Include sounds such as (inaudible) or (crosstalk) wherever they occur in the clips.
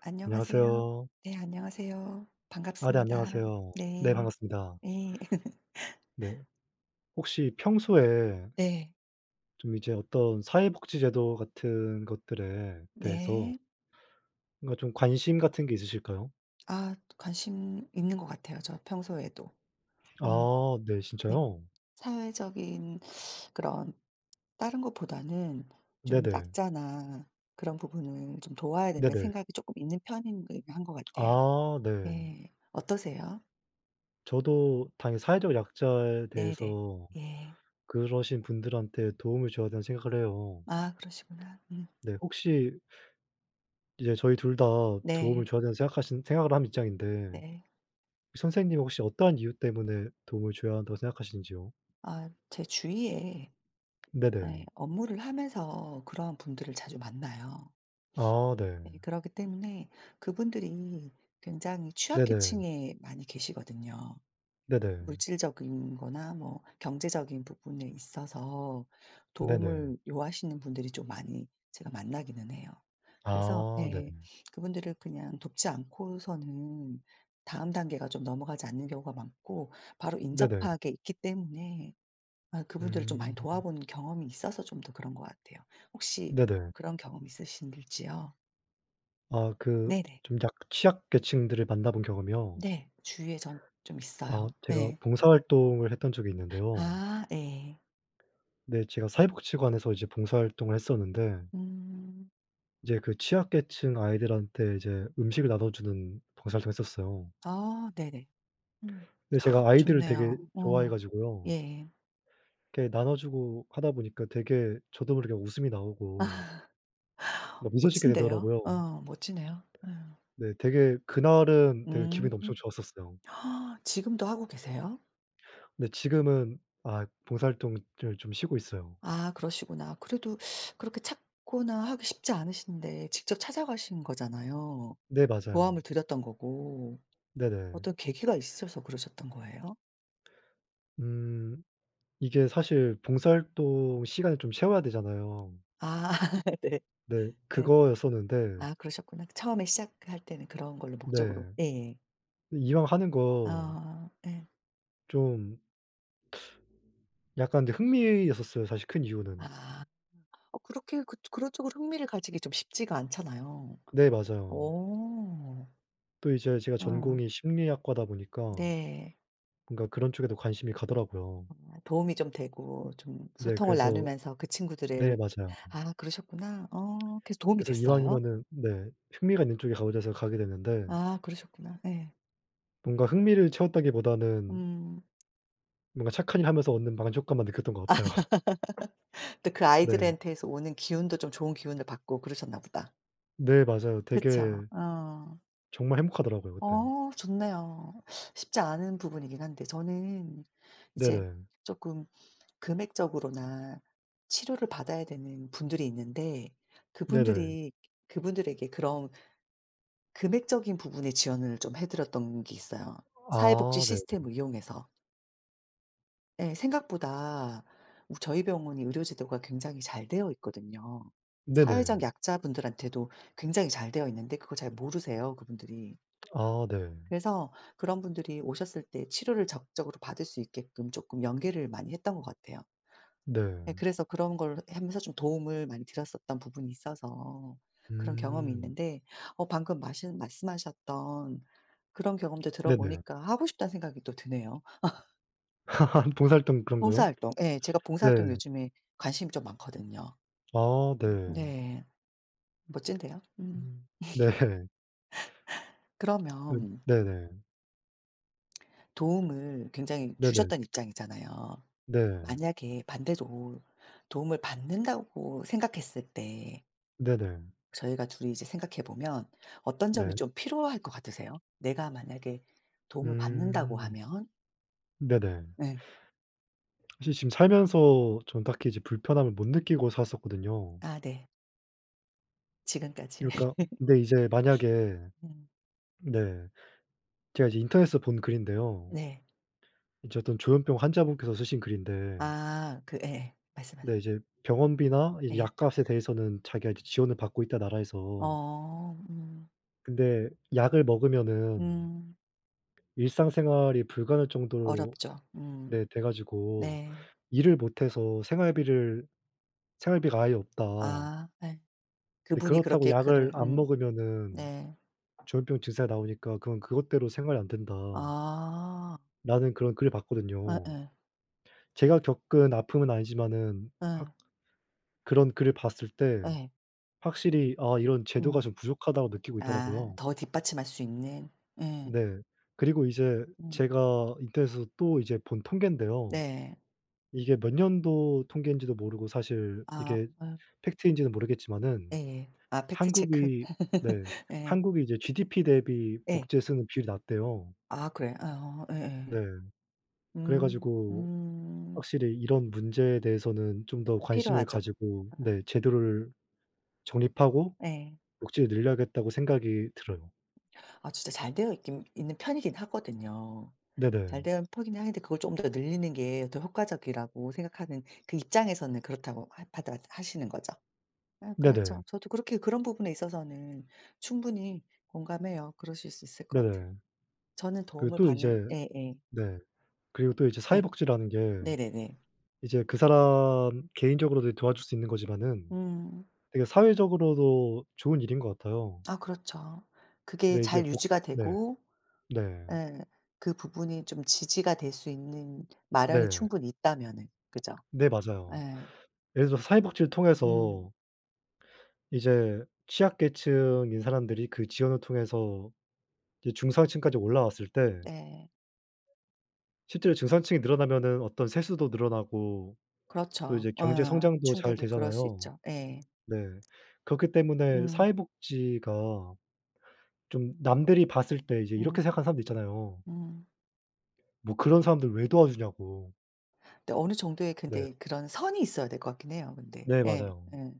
안녕하세요. 안녕하세요. 네 안녕하세요. 아 네, 반갑습니다. 안녕하세요. 네, 네. 반갑습니다. 네 (laughs) 네. 혹시 평소에 네. 좀 이제 어떤 사회복지제도 같은 것들에 대해서 네. 뭔가 좀 관심 같은 게 있으실까요? 아 관심 있는 것 같아요 저 평소에도. 네 아 네, 네. 진짜요? 사회적인 그런 다른 것보다는 좀 네네. 약자나 그런 부분을 좀 도와야 된다는 네네. 생각이 조금 있는 편인 한 것 같아요. 아 네. 네. 어떠세요? 저도 당연히 사회적 약자에 네네. 대해서 예. 그러신 분들한테 도움을 줘야 된다는 생각을 해요. 아 그러시구나. 음. 네, 혹시 이제 저희 둘 다 도움을 네. 줘야 된다고 생각하신 생각을 한 입장인데, 네. 선생님은 혹시 어떠한 이유 때문에 도움을 줘야 한다고 생각하시는지요? 아 제 주위에 네네. 네. 업무를 하면서 그러한 분들을 자주 만나요. 아 네. 네, 그렇기 때문에 그분들이 굉장히 네네. 취약계층에 많이 계시거든요. 네네. 물질적인 거나 뭐 경제적인 부분에 있어서 네네. 도움을 요하시는 분들이 좀 많이 제가 만나기는 해요. 그래서 아 네. 예. 그분들을 그냥 돕지 않고서는 다음 단계가 좀 넘어가지 않는 경우가 많고 바로 네네. 인접하게 있기 때문에 아 그분들을 좀 음. 많이 도와본 경험이 있어서 좀 더 그런 것 같아요. 혹시 네네. 그런 경험 있으신지요? 아 그 네네. 좀 약 취약계층들을 만나본 경험이요? 네. 주위에 전 좀 아 있어요. 제가 네. 봉사활동을 했던 적이 있는데요. 아 예. 네, 제가 사회복지관에서 이제 봉사활동을 했었는데, 음. 이제 그 취약계층 아이들한테 이제 음식을 나눠 주는 봉사활동을 했었어요. 아 네네. 음. 근데 제가 아이들을 되게 좋네요. 좋아해 어. 가지고요. 예. 이렇게 나눠주고 하다 보니까 되게 저도 모르게 웃음이 나오고 아, (laughs) 막 미소짓게 멋진데요. 되더라고요. 어 멋지네요. 음. 네, 되게 그날은 되게 음. 기분이 엄청 좋았었어요. (gasps) 지금도 하고 계세요? 근데 지금은 아 봉사활동을 좀 쉬고 있어요. 아 그러시구나. 그래도 그렇게 찾거나 하기 쉽지 않으신데 직접 찾아가신 거잖아요. 네 맞아요. 도움을 드렸던 거고. 네네. 어떤 계기가 있으셔서 그러셨던 거예요? 음. 이게 사실 봉사활동 시간을 좀 채워야 되잖아요. 아 (laughs) 네. 네, 예. 그거였었는데 아 그러셨구나. 처음에 시작할 때는 그런 걸로 목적으로 네 예예. 이왕 하는 거 아 예. 좀 약간 근데 흥미였었어요, 사실 큰 이유는. 아. 어 그렇게 그런 쪽으로 흥미를 가지기 좀 쉽지가 않잖아요. 네 맞아요. 오 또 이제 제가 어 전공이 심리학과다 보니까 네. 뭔가 그런 쪽에도 관심이 가더라고요. 아 도움이 좀 되고 좀 네 소통을 그래서 나누면서 그 네 친구들을 맞아요. 아 그러셨구나. 어 그래서 도움이 그래서 됐어요? 이왕이면은 네 흥미가 있는 쪽에 가보자 해서 가게 됐는데, 아 그러셨구나. 예. 뭔가 흥미를 채웠다기보다는 음. 뭔가 착한 일 하면서 얻는 만족감만 느꼈던 것 같아요. (laughs) (laughs) 또 그 네. 아이들한테서 오는 기운도 좀 좋은 기운을 받고 그러셨나 보다. 네 맞아요. 그쵸. 되게 어. 정말 행복하더라고요 그때. 어 좋네요. 쉽지 않은 부분이긴 한데 저는 이제 네네. 쪼끔 금액적으로나 치료를 받아야 되는 분들이 있는데 네네. 그분들이 그분들에게 그런 금액적인 부분의 지원을 좀 해 드렸던 게 있어요. 사회복지 아 네. 시스템을 이용해서. 예. 생각보다 우 저희 병원이 의료 제도가 굉장히 잘 되어 있거든요. 사회적 네네. 약자분들한테도 굉장히 잘 되어 있는데 그걸 잘 모르세요, 그분들이. 아 네. 그래서 그런 분들이 오셨을 때 치료를 적극적으로 받을 수 있게끔 조금 연계를 많이 했던 것 같아요. 예 네. 그래서 그런 걸 하면서 좀 도움을 많이 드렸었던 부분이 있어서 그런 경험이 음. 있는데 어 방금 마신 말씀하셨던 그런 경험도 네네. 들어보니까 하고 싶다는 생각이 또 드네요. (laughs) 봉사활동 그런 거요? 봉사활동 예 제가 네. 봉사활동 요즘에 관심이 좀 많거든요. 아 네. 네. 멋진데요. 음. 음. 네. (laughs) 음. 그러면 네네. 도움을 굉장히 네네. 주셨던 입장이잖아요. 네. 만약에 반대로 도움을 받는다고 생각했을 때 네네. 저희가 둘이 이제 생각해 보면 어떤 점이 네. 좀 필요할 것 같으세요? 내가 만약에 도움을 받는다고 음. 하면 네네. 네. 사실 지금 살면서 저는 딱히 이제 불편함을 못 느끼고 살았었거든요. 아 네. 지금까지. 그러니까 (laughs) 근데 이제 만약에 음. 네. 제가 이제 인터넷에서 본 글인데요. 네. 이제 어떤 조현병 환자분께서 쓰신 글인데, 아 그 예예. 말씀하세요. 네 이제 병원비나 이 예. 약값에 대해서는 자기가 이제 지원을 받고 있다, 나라에서. 어 근데 약을 먹으면은 음. 일상생활이 불가능할 정도로 어렵죠. 음. 네 돼 가지고 네. 일을 못 해서 생활비를 생활비가 아예 없다. 아 예. 근데 그분이 그렇다고 그렇게 약을 글을 안 음음. 먹으면은 네. 조현병 증세가 나오니까 그건 그것대로 생활이 안 된다라는 아. 그런 글을 봤거든요. 예예. 제가 겪은 아픔은 아니지만은 확 예. 그런 글을 봤을 예. 때 예. 확실히 '아 이런 제도가 음. 좀 부족하다.'고 느끼고 아 있더라고요. 더 뒷받침할 수 있는. 예. 네. 그리고 이제 음. 제가 인터넷에서 또 이제 본 통계인데요. 네. 이게 몇 년도 통계인지도 모르고 사실 아 이게 어 팩트인지는 모르겠지만은 예예. 아 팩트 체크. 한국이 네 (laughs) 예. 한국이 이제 GDP 대비 예. 복지에 쓰는 비율이 낮대요. 아 그래요? 어 네. 예예. 그래 음. 가지고 음. 확실히 이런 문제에 대해서는 좀 더 관심을 필요하죠. 가지고 아 네 제도를 정립하고 예. 녹지를 늘려야겠다고 생각이 들어요. 아 진짜 잘 되어 있긴 있는 편이긴 하거든요. 네네. 잘 되어 있긴 하는데 그걸 좀 더 늘리는 게 더 효과적이라고 생각하는 그 입장에서는 그렇다고 하 받아하시는 거죠. 아 네네. 그렇죠. 저도 그렇게 그런 부분에 있어서는 충분히 공감해요. 그러실 수 있을 것 같아요. 네네. 저는 그리고 도움을 또 받는 이제 예예. 네. 그리고 또 이제 예. 사회복지라는 게 네네네. 이제 그 사람 개인적으로도 도와줄 수 있는 거지만은 음. 되게 사회적으로도 좋은 일인 것 같아요. 아 그렇죠. 그게 근데 이제 잘 복 유지가 네. 되고 네. 예 그 부분이 좀 지지가 될 수 있는 마련이 네. 충분히 있다면은. 그죠? 네 맞아요. 예. 예를 들어서 사회복지를 음. 통해서 이제 취약계층인 사람들이 그 지원을 통해서 이제 중산층까지 올라왔을 때 네. 실제로 중산층이 늘어나면은 어떤 세수도 늘어나고 또 그렇죠. 이제 경제 어. 성장도 잘 충분히 그럴 수 되잖아요. 있죠. 예. 네. 그렇기 때문에 음. 사회복지가 좀 남들이 봤을 때 이제 이렇게 음. 생각하는 사람도 있잖아요. 음. '뭐 그런 사람들 왜 도와주냐.'고. 근데 어느 정도의 네. 근데 그런 선이 있어야 될 것 같긴 해요 근데. 네 예. 맞아요. 예.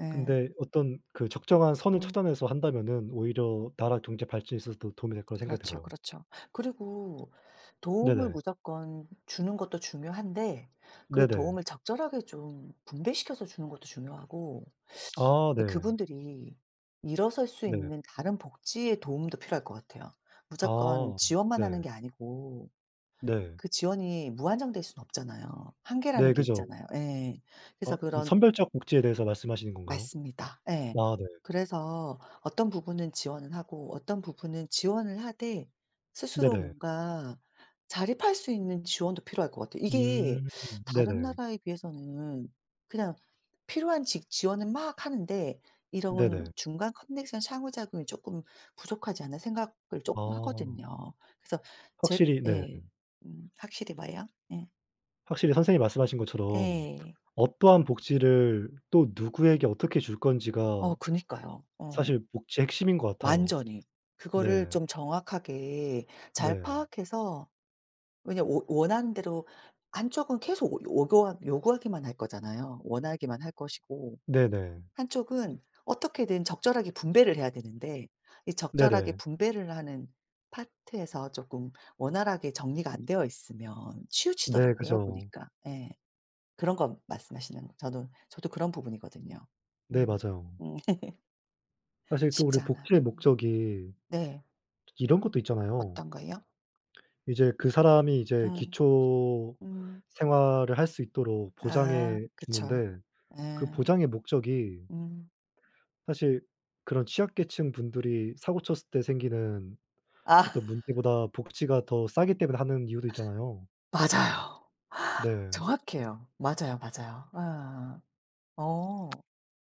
예. 근데 어떤 그 적정한 선을 음. 찾아내서 한다면은 오히려 나라 경제 발전에 있어서도 도움이 될 거라 생각이 그렇죠, 들어요. 그렇죠. 그리고 도움을 네네. 무조건 주는 것도 중요한데 그 네네. 도움을 적절하게 좀 분배시켜서 주는 것도 중요하고 아 근데 네. 그분들이 일어설 수 네. 있는 다른 복지의 도움도 필요할 것 같아요. 무조건 아. 지원만 하는 네. 게 아니고 네. 그 지원이 무한정될 수는 없잖아요. 네. 한계라는 게 그죠. 있잖아요. 예. 그래서 아 그럼 그런 선별적 복지에 대해서 말씀하시는 건가요? 맞습니다. 예. 아 네. 그래서 어떤 부분은 지원을 하고 어떤 부분은 지원을 하되 스스로 네네. 뭔가 자립할 수 있는 지원도 필요할 것 같아요. 이게 음. 다른 네네. 나라에 비해서는 그냥 필요한 직 지원은 막 하는데 이런 네네. 중간 커넥션 상호작용이 조금 부족하지 않나 생각을 조금 아. 하거든요. 그래서 제 확실히 네. 예. 확실히 봐요. 예. 확실히 선생님이 말씀하신 것처럼 예. 어떠한 복지를 또 누구에게 어떻게 줄 건지가 어 그니까요. 어. 사실 복지의 핵심인 것 같아요. 완전히. 그거를 네. 좀 정확하게 잘 네. 파악해서 왜냐 원 원하는 대로 한쪽은 계속 오 요구하 요구하기만 할 거잖아요. 원하기만 할 것이고 네네. 한쪽은 어떻게든 적절하게 분배를 해야 되는데 이 적절하게 네네. 분배를 하는 파트에서 쪼끔 원활하게 정리가 안 되어 있으면 네 치우치더라고요 그죠. 보니까. 예. 그런 거 말씀하시는 거 저도 그런 부분이거든요. 네 음. 맞아요. 음. (laughs) 사실 또 쉽지 우리 않아. 복지의 목적이 네. 이런 것도 있잖아요. 어떤 거요? 이제 그 사람이 이제 음. 기초 음. 생활을 할 수 있도록 아 보장해 그쵸. 주는데, 그 예. 보장의 목적이 음. 사실 그런 취약계층 분들이 사고 쳤을 때 생기는 아 (laughs) 어떤 문제보다 복지가 더 싸기 때문에 하는 이유도 있잖아요. 맞아요. 네. 정확해요. 맞아요, 맞아요. 아 어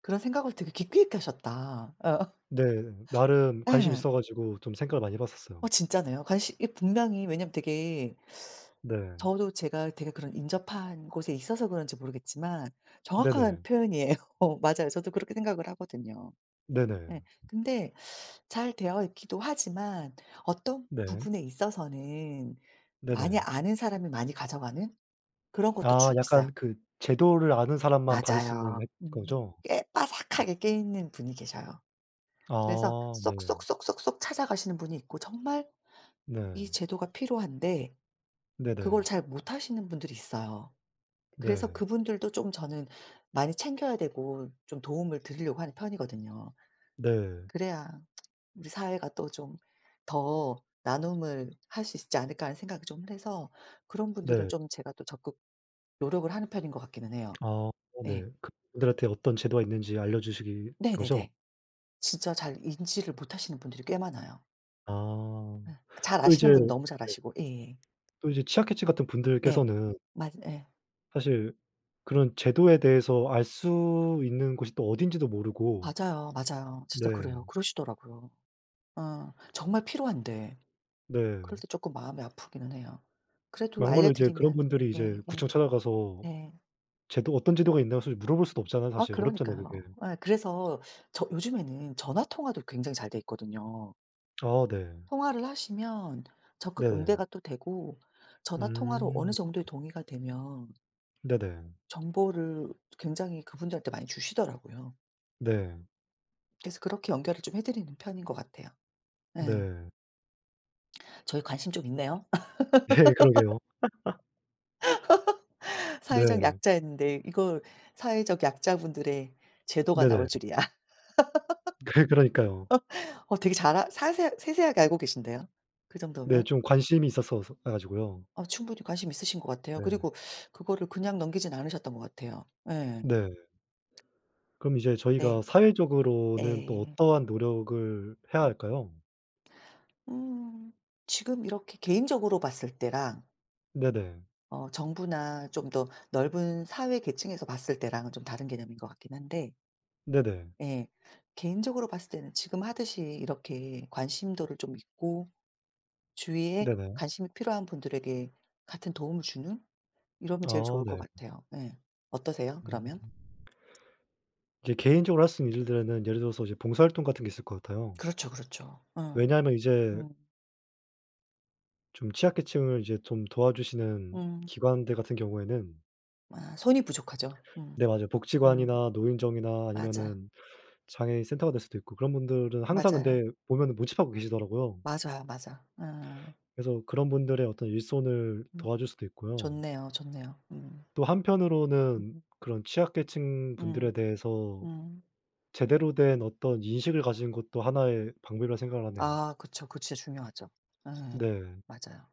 그런 생각을 되게 깊이 있게 하셨다. 어 네. 나름 관심이 예. 있어 가지고 좀 생각을 많이 해 봤었어요. 어 진짜네요. 관시 이 분명히 왜냐면 되게 네. 저도 제가 되게 그런 인접한 곳에 있어서 그런지 모르겠지만 정확한 네네. 표현이에요. (laughs) 맞아요. 저도 그렇게 생각을 하거든요. 네네. 예. 근데 잘 되어 있기도 하지만 어떤 네. 부분에 있어서는 많이 네네. 아는 사람이 많이 가져가는 그런 것도 아 쭉 약간 있어요. 그 제도를 아는 사람만 받을 수 있는 앱 맞아요. 음. 거죠? 꽤 빠삭하게 깨 있는 분이 계셔요. 그래서 아 네. 쏙쏙쏙쏙쏙 찾아가시는 분이 있고 정말 네. 이 제도가 필요한데 그걸 네네. 잘 못하시는 분들이 있어요. 그래서 네. 그분들도 좀 저는 많이 챙겨야 되고 좀 도움을 드리려고 하는 편이거든요. 네. 그래야 우리 사회가 또 좀 더 나눔을 할 수 있지 않을까 하는 생각을 좀 해서 그런 분들은 네. 좀 제가 또 적극 노력을 하는 편인 것 같기는 해요. 아 예. 네. 그분들한테 어떤 제도가 있는지 알려 주시기 거죠? 네네네. 진짜 잘 인지를 못하시는 분들이 꽤 많아요. 아. 예. 잘 또 이제 아시는 분은 너무 잘 네, 아시고. 예 예. 또 이제 취약계층 같은 네. 분들께서는 맞 예. 사실 그런 제도에 대해서 알 수 있는 곳이 또 어딘지도 모르고 맞아요, 맞아요. 진짜 네. 그래요. 그러시더라고요. 어 정말 필요한데. 네. 그럴 때 조금 마음이 아프기는 해요. 그래도 막말로 알려 이제 그런 드리면 분들이 이제 네 예. 구청 찾아가서 네. 제도 "어떤 제도가 있나요?" 사실 물어볼 수도 없잖아요, 아 사실. 어렵잖아요 그러니까요. 그게. 예 그래서 저 요즘에는 전화 통화도 굉장히 잘 돼 있거든요. 아 네. 통화를 하시면 적극 네네. 응대가 또 되고 전화 통화로 어느 음. 정도의 동의가 되면 네네. 정보를 굉장히 그분들한테 많이 주시더라고요. 네. 그래서 그렇게 연결을 좀 해 드리는 편인 것 같아요. 예. 네. 저희 관심 좀 있네요. (laughs) (laughs) 네 그러게요. 사회적 네. 약자였는데 이걸 사회적 약자분들의 제도가 네네. 나올 (laughs) 줄이야. (laughs) 그러니까요. 어 되게 잘 아 사세 세세하게 알고 계신데요. 그 네, 정도면? 좀 관심이 있었어서 아 가지고요. 아 충분히 관심 있으신 것 같아요. 네. 그리고 그거를 그냥 넘기진 않으셨던 것 같아요. 예. 네. 그럼 이제 저희가 네. 사회적으로는 또 예. 어떠한 노력을 해야 음. 할까요? 음. 지금 이렇게 개인적으로 봤을 때랑 네네. 어 정부나 좀 더 넓은 사회 계층에서 봤을 때랑은 좀 다른 개념인 것 같긴 한데 네네. 예. 개인적으로 봤을 때는 지금 하듯이 이렇게 관심도를 좀 있고 주위에 네네. 관심이 필요한 분들에게 같은 도움을 주는 이러면 제일 아 좋을 것 네. 같아요. 예. 어떠세요 음. 그러면? 이제 개인적으로 할 수 있는 일들에는 예를 들어서 이제 봉사활동 같은 게 있을 것 같아요. 그렇죠, 그렇죠. 응, 왜냐하면 이제 음. 좀 취약계층을 이제 좀 도와주시는 음. 기관들 같은 경우에는 아 손이 부족하죠. 음. 네 맞아요. 음. 복지관이나 노인정이나 맞아. 아니면은 장애인 센터가 될 수도 있고, 그런 분들은 항상 맞아요. 근데 보면은 모집하고 계시더라고요. 맞아요, 맞아. 아. 그래서 그런 분들의 어떤 일손을 음. 도와줄 수도 있고요. 좋네요, 좋네요. 음. 또 한편으로는 음. 그런 취약계층 음. 분들에 대해서 음. 제대로 된 어떤 인식을 가진 것도 하나의 방법이라 생각을 하네요. 아 그쵸. 그거 진짜 중요하죠. 예. 네. 맞아요.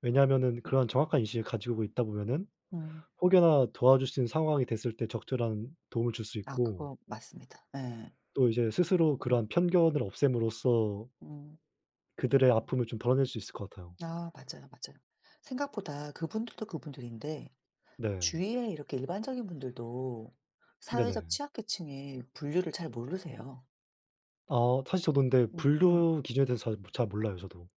왜냐하면은 음. 그런 정확한 인식을 가지고 있다 보면은 음. 혹여나 도와줄 수 있는 상황이 됐을 때 적절한 도움을 줄 수 아 있고, 그거 맞습니다. 예. 또 이제 스스로 음. 그러한 편견을 없앰으로써 음. 그들의 아픔을 좀 덜어낼 수 있을 것 같아요. 아 맞아요, 맞아요. 생각보다 그분들도 그분들인데 네. 주위에 이렇게 일반적인 분들도 네네. 사회적 취약계층의 분류를 잘 모르세요. 아 사실 저도 근데 음 음. 분류 기준에 대해서 잘 몰라요 저도.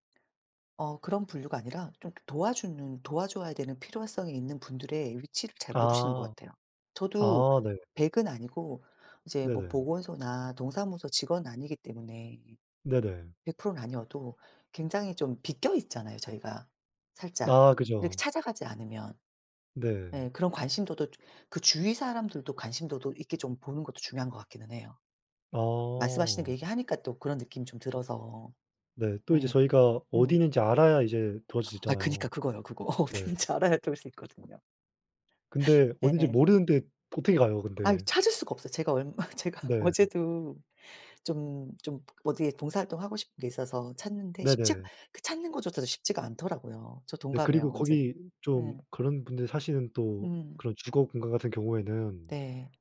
어 그런 분류가 아니라 좀 도와주는 도와줘야 되는 필요성이 있는 분들의 위치를 잘 모르시는 것 아. 같아요. 저도 아 네. 100은 아니고 이제 뭐 네네. 보건소나 동사무소 직원 아니기 때문에 네네. 100%는 아니어도 굉장히 좀 비껴 있잖아요, 저희가. 살짝. 아 이렇게 그죠. 찾아가지 않으면. 네. 예 그런 관심도도 그 주위 사람들도 관심도도 있게 좀 보는 것도 중요한 것 같기는 해요. 아. 말씀하시는 거 얘기하니까 또 그런 느낌이 좀 들어서. 네. 또 이제 예. 저희가 어디 음. 있는지 알아야 이제 도와줄 수 아 그니까 있잖아요. 그거요, 그거. (laughs) 네. 어딘지 알아야 될 수 있거든요. 근데 어딘지 예예. 모르는데 어떻게 가요 아 근데. 찾을 수가 없어요. 제가 얼마 (laughs) 제가 네. 어제도 좀 어디에 봉사활동하고 싶은 게 있어서 찾는데 쉽지가 네네. 그 찾는 것조차도 쉽지가 않더라고요. 저 네, 그리고 동감해요 완전히. 거기 좀 예. 그런 분들이 사시는 또 음. 그런 주거 공간 같은 경우에는 네.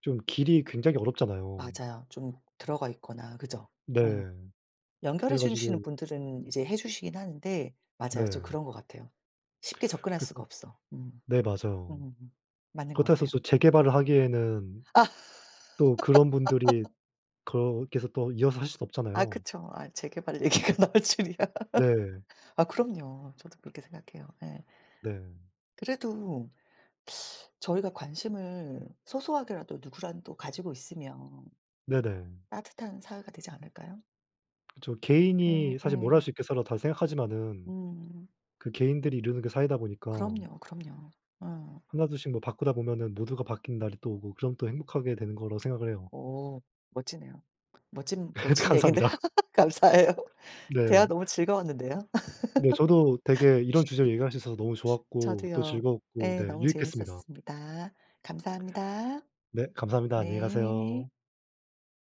좀 길이 굉장히 어렵잖아요. 맞아요. 좀 들어가 있거나 그죠? 예. 네. 연결해 그래 주시는 가지고 분들은 이제 해 주시긴 하는데 맞아요. 좀 네. 그런 것 같아요. 쉽게 접근할 그래서 수가 없어. 음. 네 맞아요. 음음음. 맞는 것 그렇다 해서 같아요. 또 재개발을 하기에는 아 또 그런 분들이 거기서 또 이어서 하실 수 아 없잖아요. 그쵸. 아 재개발 얘기가 (laughs) 나올 줄이야. 네. 아 그럼요. 저도 그렇게 생각해요. 예. 네. 그래도 저희가 관심을 소소하게라도 누구라도 가지고 있으면 네네. 따뜻한 사회가 되지 않을까요? 그쵸. 예 개인이 사실 뭘 할 예. 수 있겠어라 다 생각하지만은 음. 그 개인들이 이루는 게 사회다 보니까 그럼요, 그럼요. 어. 하나둘씩 뭐 바꾸다 보면은 모두가 바뀐 날이 또 오고 그럼 또 행복하게 되는 거라고 생각을 해요. 오 멋지네요. 멋진 (laughs) 멋진 얘기인데 감사합니다. (laughs) 감사해요. 대화 네. 너무 즐거웠는데요. (laughs) 네 저도 되게 이런 주제로 얘기할 수 있어서 너무 좋았고 또 저도요. 즐거웠고 네 예. 너무 유익했습니다. 재밌었습니다. 감사합니다. 네 감사합니다. 안녕히 네. 가세요.